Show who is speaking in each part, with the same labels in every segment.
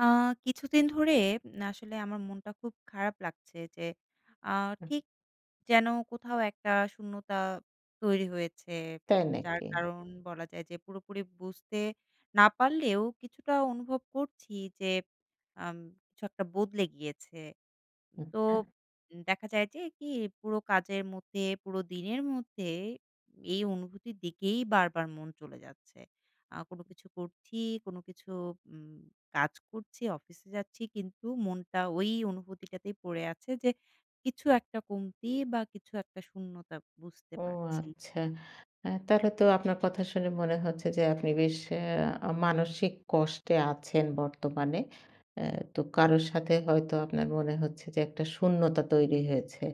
Speaker 1: আ কিছুদিন ধরে আসলে আমার মনটা খুব খারাপ লাগছে যে, আ ঠিক যেন কোথাও একটা শূন্যতা তৈরি হয়েছে।
Speaker 2: তাই
Speaker 1: যার
Speaker 2: নাকি?
Speaker 1: কারণ বলা যায় যে পুরোপুরি বুঝতে না পারলেও কিছুটা অনুভব করছি যে, আম কিছু একটা বদলে গিয়েছে। তো
Speaker 2: আচ্ছা।
Speaker 1: দেখা যায় যে কি পুরো কাজের মধ্যে, পুরো দিনের মধ্যে এই অনুভূতির দিকেই বারবার মন চলে যাচ্ছে। কোনো কিছু করছি, কোনো কিছু উম কাজ করছি, অফিসে যাচ্ছি কিন্তু মনটা ওই অনুভূতিটাতেই পড়ে আছে যে কিছু একটা কমতি বা কিছু একটা শূন্যতা বুঝতে
Speaker 2: ও
Speaker 1: পারছি।
Speaker 2: আচ্ছা। তাহলে তো আপনার কথা শুনে মনে হচ্ছে যে আপনি বেশ মানসিক কষ্টে আছেন বর্তমানে। অ্যা তো কারো সাথে হয়তো আপনার মনে হচ্ছে যে একটা শূন্যতা তৈরি হয়েছে।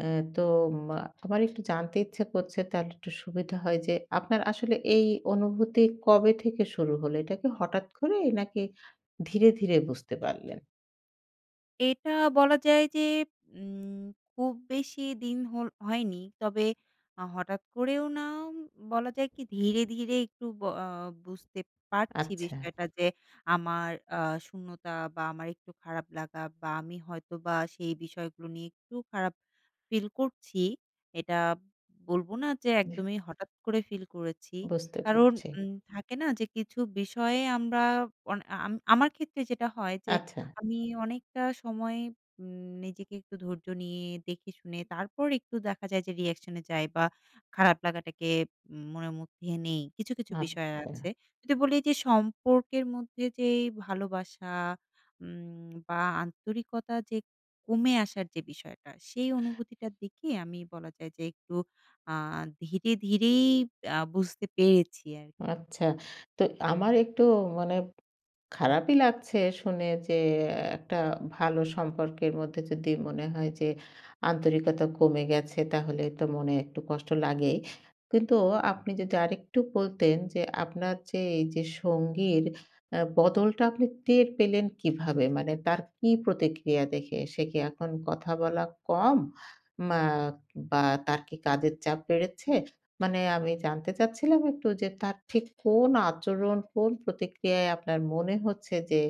Speaker 2: অ্যা তো মা আমার একটু জানতে ইচ্ছে করছে তাহলে একটু সুবিধা হয় যে আপনার আসলে এই অনুভূতি কবে থেকে শুরু হলো? এটা কি হঠাৎ করে নাকি ধীরে, ধীরে বুঝতে পারলেন?
Speaker 1: এটা বলা যায় যে উম খুব বেশি দিন হল হয়নি। তবে হঠাৎ করেও না, উম, বলা যায় কি ধীরে, ধীরে একটু ব আ বুঝতে পারছি
Speaker 2: আচ্ছা।
Speaker 1: বিষয়টা যে আমার আ শূন্যতা বা আমার একটু খারাপ লাগা বা আমি হয়তোবা সেই বিষয়গুলো নিয়ে একটু খারাপ ফিল করছি। এটা বলবো না যে একদমই হঠাৎ করে ফিল করেছি।
Speaker 2: বুঝতে
Speaker 1: কারণ
Speaker 2: পারছি।
Speaker 1: থাকে না যে কিছু বিষয়ে আমরা অন আম আমার ক্ষেত্রে যেটা হয় যে
Speaker 2: আচ্ছা,
Speaker 1: আমি অনেকটা সময় উম নিজেকে একটু ধৈর্য নিয়ে দেখে শুনে তারপর একটু দেখা যায় যে রিঅ্যাকশন এ যাই বা খারাপ লাগাটাকে মনের মধ্যে নেই। কিছু, কিছু বিষয়
Speaker 2: আচ্ছা।
Speaker 1: আছে। যদি বলি যে সম্পর্কের মধ্যে যেই ভালোবাসা বা আন্তরিকতা যে কমে আসার যে বিষয়টা, সেই অনুভূতিটার দিকে আমি বলা যায় যে একটু আ ধীরে, ধীরেই বুঝতে পেরেছি আরকি।
Speaker 2: আচ্ছা। তো আমার একটু মানে খারাপই লাগছে শুনে যে একটা ভালো সম্পর্কের মধ্যে যদি মনে হয় যে আন্তরিকতা কমে গেছে তাহলে তো মনে একটু কষ্ট লাগেই। কিন্তু আপনি যদি আরেকটু বলতেন যে আপনার যে এই যে সঙ্গীর বদলটা আপনি টের পেলেন কিভাবে? মানে তার কি প্রতিক্রিয়া দেখে? সে কি এখন কথা বলা কম মা বা তার কি কাজের চাপ বেড়েছে? মানে আমি জানতে চাচ্ছিলাম একটু যে তার ঠিক কোন আচরণ, কোন প্রতিক্রিয়ায় আপনার মনে হচ্ছে যে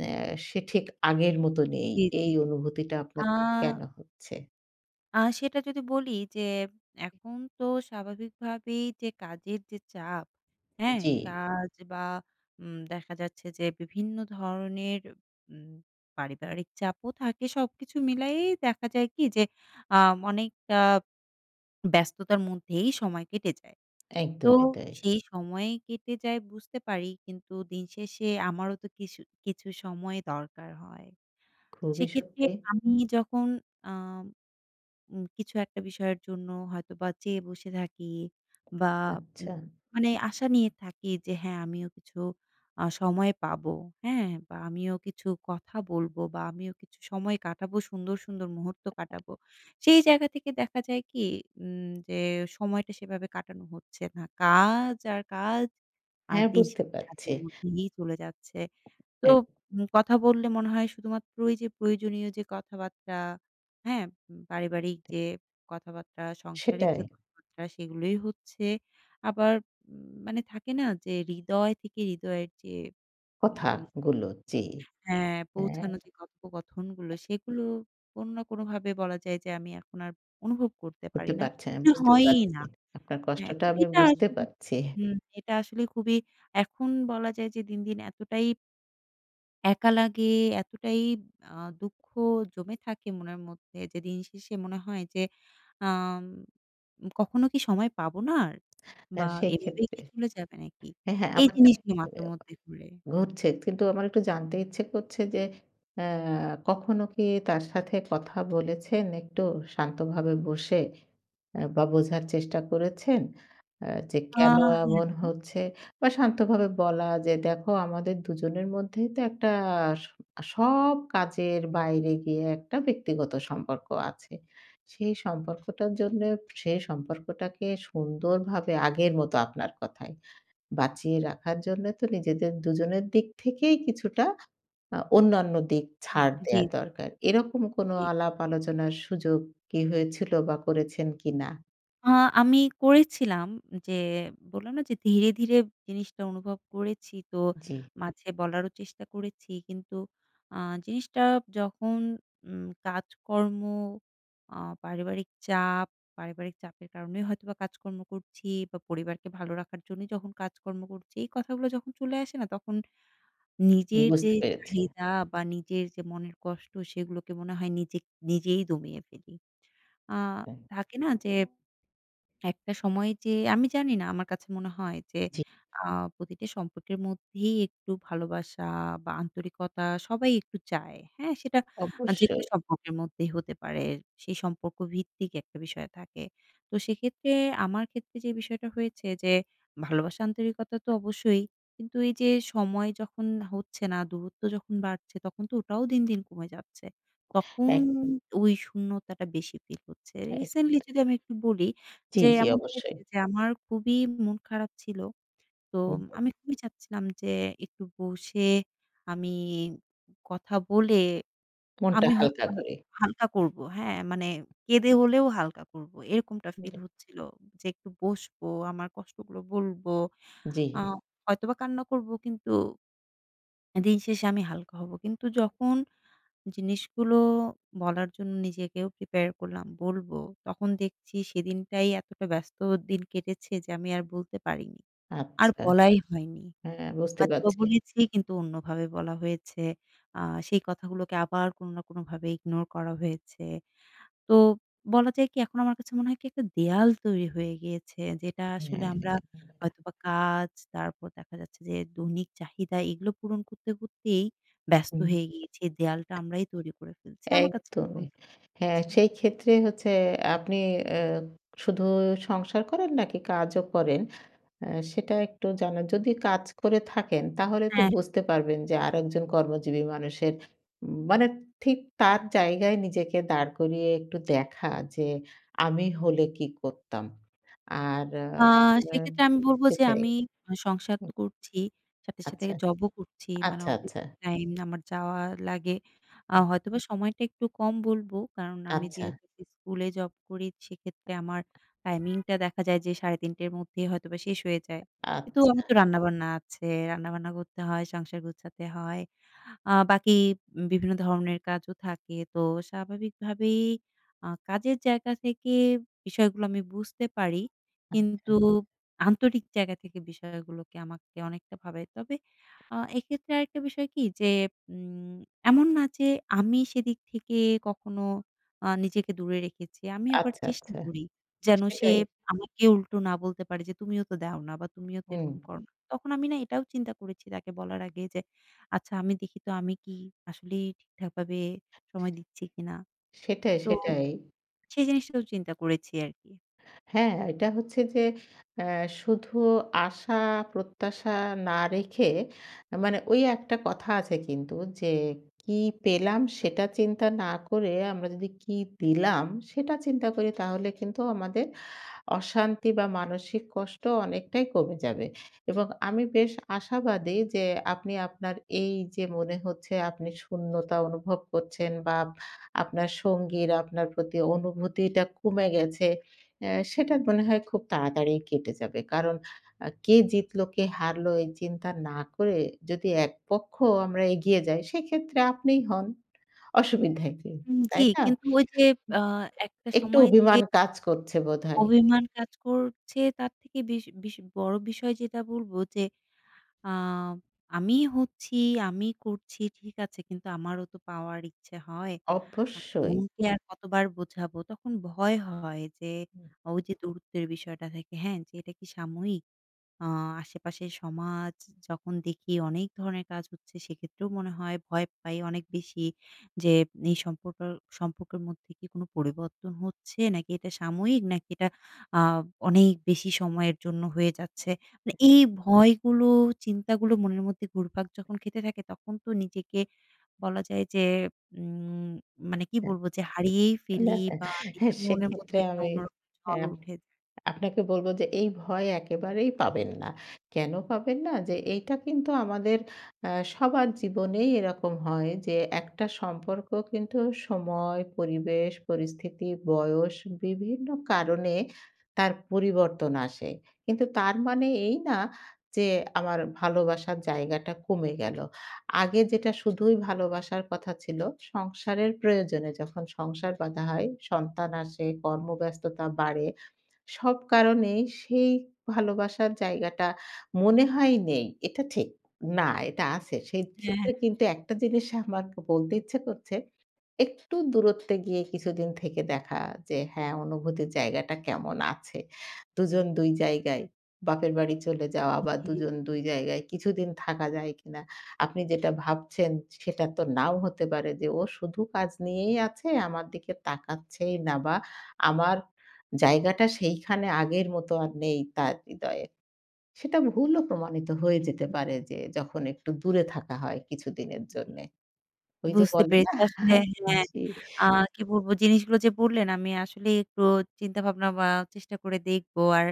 Speaker 2: অ্যা সে ঠিক আগের মতো নেই।
Speaker 1: জি,
Speaker 2: এই
Speaker 1: জি।
Speaker 2: অনুভূতিটা
Speaker 1: আ
Speaker 2: আপনার কেন হচ্ছে?
Speaker 1: আ সেটা যদি বলি যে এখন তো স্বাভাবিকভাবেই যে কাজের যে চাপ, হ্যাঁ?
Speaker 2: জি,
Speaker 1: কাজ বা দেখা যাচ্ছে যে বিভিন্ন ধরনের উম পারিবারিক চাপও থাকে। সবকিছু মিলায়েই দেখা যায় কি যে আ অনেকটা ব্যস্ততার মধ্যেই সময় কেটে যায়। তো
Speaker 2: একদমই তাই।
Speaker 1: সেই সময় কেটে যায় বুঝতে পারি। কিন্তু দিন শেষে আমারও তো কিছু, কিছু সময় দরকার হয়।
Speaker 2: খুবই
Speaker 1: সেক্ষেত্রে
Speaker 2: সত্যি।
Speaker 1: আমি যখন আম উম কিছু একটা বিষয়ের জন্য হয়তোবা চেয়ে বসে থাকি বা উম
Speaker 2: আচ্ছা।
Speaker 1: মানে আশা নিয়ে থাকি যে হ্যাঁ, আমিও কিছু সময় পাবো, হ্যাঁ? বা আমিও কিছু কথা বলবো বা আমিও কিছু সময় কাটাবো, সুন্দর, সুন্দর মুহূর্ত কাটাবো। সেই জায়গা থেকে দেখা যায় কি যে সময়টা সেভাবে কাটানো হচ্ছে না। কাজ আর কাজ আর
Speaker 2: হ্যাঁ,
Speaker 1: দিন
Speaker 2: বুঝতে
Speaker 1: শেষে
Speaker 2: পারছি।
Speaker 1: কাজের মধ্যেই চলে যাচ্ছে। তো
Speaker 2: এক
Speaker 1: কথা বললে মনে হয় শুধুমাত্র ওই যে প্রয়োজনীয় যে কথাবার্তা, হ্যাঁ? পারিবারিক যে কথাবার্তা, সংসারের
Speaker 2: সেটাই
Speaker 1: যে কথাবার্তা সেগুলোই হচ্ছে। আবার মানে থাকে না যে হৃদয় থেকে হৃদয়ের যে উম
Speaker 2: কথাগুলো। জি,
Speaker 1: হ্যাঁ,
Speaker 2: হ্যাঁ,
Speaker 1: পৌঁছানো যে কথোপকথনগুলো সেগুলো কোনো না কোনোভাবে বলা যায় যে আমি এখন আর অনুভব করতে পারি
Speaker 2: করতে
Speaker 1: না।
Speaker 2: পারছে না।
Speaker 1: মানে
Speaker 2: বুঝতে
Speaker 1: হয়ই
Speaker 2: পারছি।
Speaker 1: না।
Speaker 2: আপনার
Speaker 1: হ্যাঁ,
Speaker 2: কষ্টটা
Speaker 1: তো
Speaker 2: আমি
Speaker 1: এটা
Speaker 2: বুঝতে
Speaker 1: আসলে
Speaker 2: পারছি।
Speaker 1: হুম, এটা আসলে খুবই এখন বলা যায় যে দিন, দিন এতটাই একা লাগে এতটাই আ দুঃখ জমে থাকে মনের মধ্যে যে দিন শেষে মনে হয় যে আম কখনো কি সময় পাবো না আর? বা
Speaker 2: আর
Speaker 1: এভাবেই কি
Speaker 2: সেক্ষেত্রে
Speaker 1: চলে যাবে নাকি?
Speaker 2: হ্যাঁ, হ্যাঁ,
Speaker 1: এই
Speaker 2: আমারটা
Speaker 1: জিনিসগুলো মাথার মধ্যে ঘুরে।
Speaker 2: ঘুরছে। কিন্তু আমার একটু জানতে ইচ্ছে করছে যে কখনো কি তার সাথে কথা বলেছেন একটু শান্তভাবে বসে বা বোঝার চেষ্টা করেছেন? যে
Speaker 1: আ
Speaker 2: কেন
Speaker 1: হ্যাঁ,
Speaker 2: এমন
Speaker 1: হ্যাঁ।
Speaker 2: হচ্ছে? বা শান্তভাবে বলা যে, "দেখো আমাদের দুজনের মধ্যেই তো একটা স সব কাজের বাইরে গিয়ে একটা ব্যক্তিগত সম্পর্ক আছে। সেই সম্পর্কটার জন্যে সেই সম্পর্কটাকে সুন্দরভাবে" আগের মতো আপনার কথায়। বাঁচিয়ে রাখার জন্য তো নিজেদের দুজনের দিক থেকেই কিছুটা অন্যান্য দিক ছাড়
Speaker 1: জি,
Speaker 2: দেয়া
Speaker 1: জি,
Speaker 2: দরকার। এরকম কোনো
Speaker 1: জি।
Speaker 2: আলাপ আলোচনার সুযোগ কি হয়েছিল বা করেছেন কিনা?
Speaker 1: আ আমি করেছিলাম যে বললাম না যে ধীরে, ধীরে জিনিসটা অনুভব করেছি। তো
Speaker 2: জি,
Speaker 1: মাঝে বলারও চেষ্টা করেছি। কিন্তু আ জিনিসটা যখন কাজকর্ম, আ পারিবারিক চাপ, পারিবারিক চাপের কারণেই হয়তোবা কাজকর্ম করছি বা পরিবারকে ভালো রাখার জন্যই যখন কাজকর্ম করছি, এই কথাগুলো যখন চলে আসে না তখন নিজের যে
Speaker 2: বুঝতে পেরেছি।
Speaker 1: চাহিদা বা নিজের যে মনের কষ্ট সেগুলোকে মনে হয় নিজেই দমিয়ে ফেলি। আ
Speaker 2: হ্যাঁ,
Speaker 1: থাকে না যে একটা সময় যে আমি জানি না আমার কাছে মনে হয় যে
Speaker 2: জি,
Speaker 1: আ প্রতিটা সম্পর্কের মধ্যেই একটু ভালোবাসা বা আন্তরিকতা সবাই একটু চায়। হ্যাঁ? সেটা
Speaker 2: অবশ্যই।
Speaker 1: যেকোনো সম্পর্কের মধ্যেই হতে পারে। সেই সম্পর্ক ভিত্তিক একটা বিষয় থাকে। তো সেক্ষেত্রে আমার ক্ষেত্রে যে বিষয়টা হয়েছে যে ভালোবাসা আন্তরিকতা তো অবশ্যই। কিন্তু এই যে সময় যখন হচ্ছে না, দূরত্ব যখন বাড়ছে তখন তো ওটাও দিন, দিন কমে যাচ্ছে। তখন
Speaker 2: এক
Speaker 1: ওই শূন্যতাটা বেশি ফিল হচ্ছে।
Speaker 2: এক
Speaker 1: রিসেন্টলি যদি আমি একটু বলি
Speaker 2: জি,
Speaker 1: যে
Speaker 2: জি,
Speaker 1: এমন
Speaker 2: অবশ্যই।
Speaker 1: হয়েছে যে আমার খুবই মন খারাপ ছিল। তো
Speaker 2: হুম,
Speaker 1: আমি খুবই চাচ্ছিলাম যে একটু বসে আমি কথা বলে
Speaker 2: মনটা
Speaker 1: আমি হয়তো
Speaker 2: হালকা করে।
Speaker 1: হালকা করব। হ্যাঁ, মানে কেঁদে হলেও হালকা করব। এরকমটা
Speaker 2: হুম,
Speaker 1: ফিল হচ্ছিল যে একটু বসবো, আমার কষ্টগুলো বলব।
Speaker 2: জি,
Speaker 1: আ হয়তোবা কান্না করব কিন্তু দিন শেষে আমি হালকা হব। কিন্তু যখন জিনিসগুলো বলার জন্য নিজেকেও প্রিপেয়ার করলাম, বলবো। তখন দেখছি সেদিনটাই এতটা ব্যস্ত দিন কেটেছে যে আমি আর বলতে পারিনি। আর
Speaker 2: আচ্ছা।
Speaker 1: বলাই হয়নি।
Speaker 2: হ্যাঁ, বুঝতে
Speaker 1: হয়তোবা
Speaker 2: পারছি।
Speaker 1: বলেছি কিন্তু অন্যভাবে বলা হয়েছে। আ সেই কথাগুলোকে আবার কোনো না কোনোভাবে ইগনোর করা হয়েছে। তো বলা যায় কি এখন আমার কাছে মনে হয় কি একটা দেয়াল তৈরি হয়ে গিয়েছে। যেটা আসলে
Speaker 2: হ্যাঁ,
Speaker 1: আমরা হুম। হয়তোবা কাজ তারপর দেখা যাচ্ছে যে দৈনিক চাহিদা এগুলো পূরণ করতে, করতেই ব্যস্ত
Speaker 2: হুম,
Speaker 1: হয়ে গিয়েছি। এই দেয়ালটা আমরাই তৈরি করে ফেলছি। আমার কাছে
Speaker 2: একদমই।
Speaker 1: এরকমটা মনে
Speaker 2: হ্যাঁ,
Speaker 1: হচ্ছে।
Speaker 2: সেই ক্ষেত্রে হচ্ছে আপনি অ্যা শুধু সংসার করেন নাকি কাজও করেন? সেটা একটু জানা যদি কাজ করে থাকেন তাহলে তো
Speaker 1: হ্যাঁ।
Speaker 2: বুঝতে পারবেন যে আরেকজন কর্মজীবী মানুষের মানে ঠিক তার জায়গায় নিজেকে দাঁড় করিয়ে একটু দেখা যে আমি হলে কি করতাম? আর আ
Speaker 1: আ সেক্ষেত্রে আমি বলব যে
Speaker 2: সেটাই।
Speaker 1: আমি আ সংসার তো
Speaker 2: হুম,
Speaker 1: করছি। সাথে, সাথে
Speaker 2: আচ্ছা,
Speaker 1: জবও করছি। মানে
Speaker 2: আচ্ছা,
Speaker 1: অফিস
Speaker 2: আচ্ছা।
Speaker 1: টাইম আমার যাওয়া লাগে।
Speaker 2: হুম,
Speaker 1: হয়তোবা সময়টা একটু কম বলব। কারণ আমি
Speaker 2: আচ্ছা,
Speaker 1: যেহেতু স্কুলে জব করি সেক্ষেত্রে আমার টাইমিংটা দেখা যায় যে ৩:৩০ টের মধ্যেই হয়তোবা শেষ হয়ে যায়। কিন্তু
Speaker 2: আচ্ছা,
Speaker 1: আমার তো রান্নাবান্না আছে। রান্নাবান্না করতে হয়, সংসার গোছাতে হয়। বাকি বিভিন্ন ধরনের কাজও থাকে। তো স্বাভাবিকভাবেই কাজের জায়গা থেকে বিষয়গুলো আমি বুঝতে পারি। কিন্তু
Speaker 2: আচ্ছা,
Speaker 1: আন্তরিক জায়গা থেকে বিষয়গুলোকে আমাকে অনেকটা ভাবায়। তবে এক্ষেত্রে আরেকটা বিষয় কি যে উম এমন না যে আমি সেদিক থেকে কখনো নিজেকে দূরে রেখেছি। আমি আবার
Speaker 2: আচ্ছা,
Speaker 1: চেষ্টা
Speaker 2: আচ্ছা।
Speaker 1: করি যেন সে
Speaker 2: সেটাই।
Speaker 1: আমাকে উল্টো না বলতে পারে যে, "তুমিও তো দাও না বা তুমিও তো
Speaker 2: হুম,
Speaker 1: এরকম করো না।" তখন আমি না এটাও চিন্তা করেছি তাকে বলার আগে যে, "আচ্ছা আমি দেখি তো আমি কি আসলেই ঠিকঠাকভাবে সময় দিচ্ছি কিনা?"
Speaker 2: সেটাই,
Speaker 1: তো
Speaker 2: সেটাই।
Speaker 1: সেই জিনিসটাও চিন্তা করেছি আরকি।
Speaker 2: হ্যাঁ, এটা হচ্ছে যে অ্যা শুধু আশা প্রত্যাশা না রেখে মানে ওই একটা কথা আছে কিন্তু যে, "কি পেলাম সেটা চিন্তা না করে আমরা যদি কি দিলাম সেটা চিন্তা করি তাহলে কিন্তু আমাদের অশান্তি বা মানসিক কষ্ট অনেকটাই কমে যাবে এবং আমি বেশ আশাবাদী যে আপনি আপনার এই যে মনে হচ্ছে আপনি শূন্যতা অনুভব করছেন বা আপনার সঙ্গীর আপনার প্রতি অনুভূতিটা কমে গেছে, সেটা মনে হয় খুব তাড়াতাড়ি কেটে যাবে। কারণ কে জিতলো, কে হারলো এই চিন্তা না করে যদি এক পক্ষ আমরা এগিয়ে যাই সেক্ষেত্রে আপনিই হন। অসুবিধায় কি? তাই
Speaker 1: জি,
Speaker 2: না?
Speaker 1: কিন্তু ওই যে আ একটা
Speaker 2: একটু
Speaker 1: সময় যে
Speaker 2: অভিমান কাজ করছে বোধহয়।
Speaker 1: অভিমান কাজ করছে তার থেকে বেশ বেশ বড় বিষয় যেটা বলব যে আ আমি হচ্ছি, আমি করছি ঠিক আছে কিন্তু আমারও তো পাওয়ার ইচ্ছে হয়। আ
Speaker 2: অবশ্যই।
Speaker 1: মনকে আর কতবার বোঝাবো? তখন ভয় হয় যে
Speaker 2: হুম।
Speaker 1: ওই যে দূরত্বের বিষয়টা থেকে হ্যাঁ, যে এটা কি সাময়িক? আ আশেপাশের সমাজ যখন দেখি অনেক ধরনের কাজ হচ্ছে, সেক্ষেত্রেও মনে হয় ভয় পাই অনেক বেশি যে এই সম্পর্ক সম্পর্কের মধ্যে কি কোনো পরিবর্তন হচ্ছে? নাকি এটা সাময়িক? নাকি এটা আ অনেক বেশি সময়ের জন্য হয়ে যাচ্ছে? মানে এই ভয়গুলো, চিন্তাগুলো মনের মধ্যে ঘুরপাক যখন খেতে থাকে, তখন তো নিজেকে বলা যায় যে উম মানে কি
Speaker 2: হ্যাঁ,
Speaker 1: বলবো? যে হারিয়েই
Speaker 2: না,
Speaker 1: ফেলি
Speaker 2: না।
Speaker 1: বা
Speaker 2: হ্যাঁ,
Speaker 1: নিজের মনের মধ্যে
Speaker 2: সেক্ষেত্রে
Speaker 1: একটা
Speaker 2: আমি
Speaker 1: অন্যরকম
Speaker 2: অ্যা
Speaker 1: ঝড় উঠে যায়।
Speaker 2: আপনাকে বলব যে এই ভয় একেবারেই পাবেন না। কেন পাবেন না? যে এইটা কিন্তু আমাদের সবার জীবনেই এরকম হয় যে একটা সম্পর্ক কিন্তু সময়, পরিবেশ, পরিস্থিতি, বয়স বিভিন্ন কারণে তার পরিবর্তন আসে। কিন্তু তার মানে এই না যে আমার ভালোবাসার জায়গাটা কমে গেল। আগে যেটা শুধুই ভালোবাসার কথা ছিল, সংসারের প্রয়োজনে যখন সংসার বাঁধা হয়, সন্তান আসে, কর্মব্যস্ততা বাড়ে সব কারণেই সেই ভালোবাসার জায়গাটা মনে হয় নেই। এটা ঠিক। না, এটা আছে। সেই
Speaker 1: হ্যাঁ, হ্যাঁ।
Speaker 2: ক্ষেত্রে কিন্তু একটা জিনিস আমাকে বলতে ইচ্ছে করছে একটু দূরত্বে গিয়ে কিছুদিন থেকে দেখা যে হ্যাঁ, অনুভূতির জায়গাটা কেমন আছে। দুজন ২ জায়গায় বাপের বাড়ি চলে যাওয়া বা
Speaker 1: জি।
Speaker 2: দুজন ২ জায়গায় কিছুদিন থাকা যায় কিনা? আপনি যেটা ভাবছেন সেটা তো নাও হতে পারে যে ও শুধু কাজ নিয়েই আছে, আমার দিকে তাকাচ্ছেই না বা আমার জায়গাটা সেইখানে আগের মতো আর নেই তার হৃদয়ে। সেটা ভুলও প্রমাণিত হয়ে যেতে পারে যে যখন একটু দূরে থাকা হয় কিছুদিনের জন্যে। ওই যে
Speaker 1: বুঝতে
Speaker 2: বলে না
Speaker 1: পেরেছি। আসলে হ্যাঁ,
Speaker 2: জি।
Speaker 1: আ কি বলবো জিনিসগুলো যে বললেন আমি আসলেই একটু চিন্তা ভাবনা বা চেষ্টা করে দেখব। আর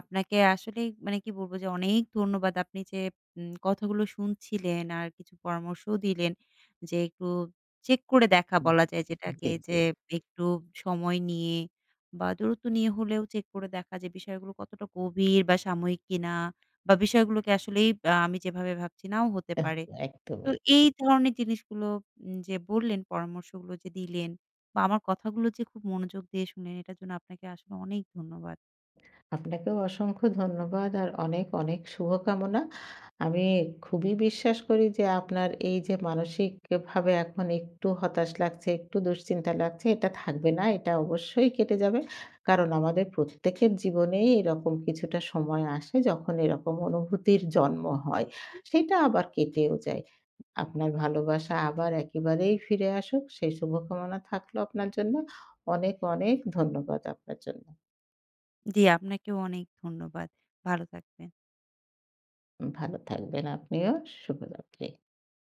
Speaker 1: আপনাকে আসলেই মানে কি বলবো যে অনেক ধন্যবাদ। আপনি যে কথাগুলো শুনছিলেন আর কিছু পরামর্শও দিলেন যে একটু চেক করে দেখা বলা যায় যেটাকে
Speaker 2: জি,
Speaker 1: যে
Speaker 2: জি।
Speaker 1: একটু সময় নিয়ে বা দূরত্ব নিয়ে হলেও চেক করে দেখা যে বিষয়গুলো কতটা গভীর বা সাময়িক কিনা বা বিষয়গুলোকে আসলেই আমি যেভাবে ভাবছি নাও হতে পারে। তো
Speaker 2: একদমই।
Speaker 1: এই ধরনের জিনিসগুলো যে বললেন, পরামর্শগুলো যে দিলেন বা আমার কথাগুলো যে খুব মনোযোগ দিয়ে শুনলেন, এটার জন্য আপনাকে আসলে অনেক ধন্যবাদ।
Speaker 2: আপনাকেও অসংখ্য ধন্যবাদ আর অনেক, অনেক শুভকামনা। আমি খুবই বিশ্বাস করি যে আপনার এই যে মানসিকভাবে এখন একটু হতাশ লাগছে, একটু দুশ্চিন্তা লাগছে এটা থাকবে না। এটা অবশ্যই কেটে যাবে। কারণ আমাদের প্রত্যেকের জীবনেই এরকম কিছুটা সময় আসে যখন এরকম অনুভূতির জন্ম
Speaker 1: জি।
Speaker 2: হয়। সেটা আবার কেটেও যায়। আপনার ভালোবাসা আবার একেবারেই ফিরে আসুক সেই শুভকামনা থাকলো আপনার জন্য। অনেক, অনেক ধন্যবাদ আপনার জন্য।
Speaker 1: জি, আপনাকেও অনেক ধন্যবাদ। ভালো থাকবেন।
Speaker 2: ভালো থাকবেন আপনিও। শুভরাত্রি।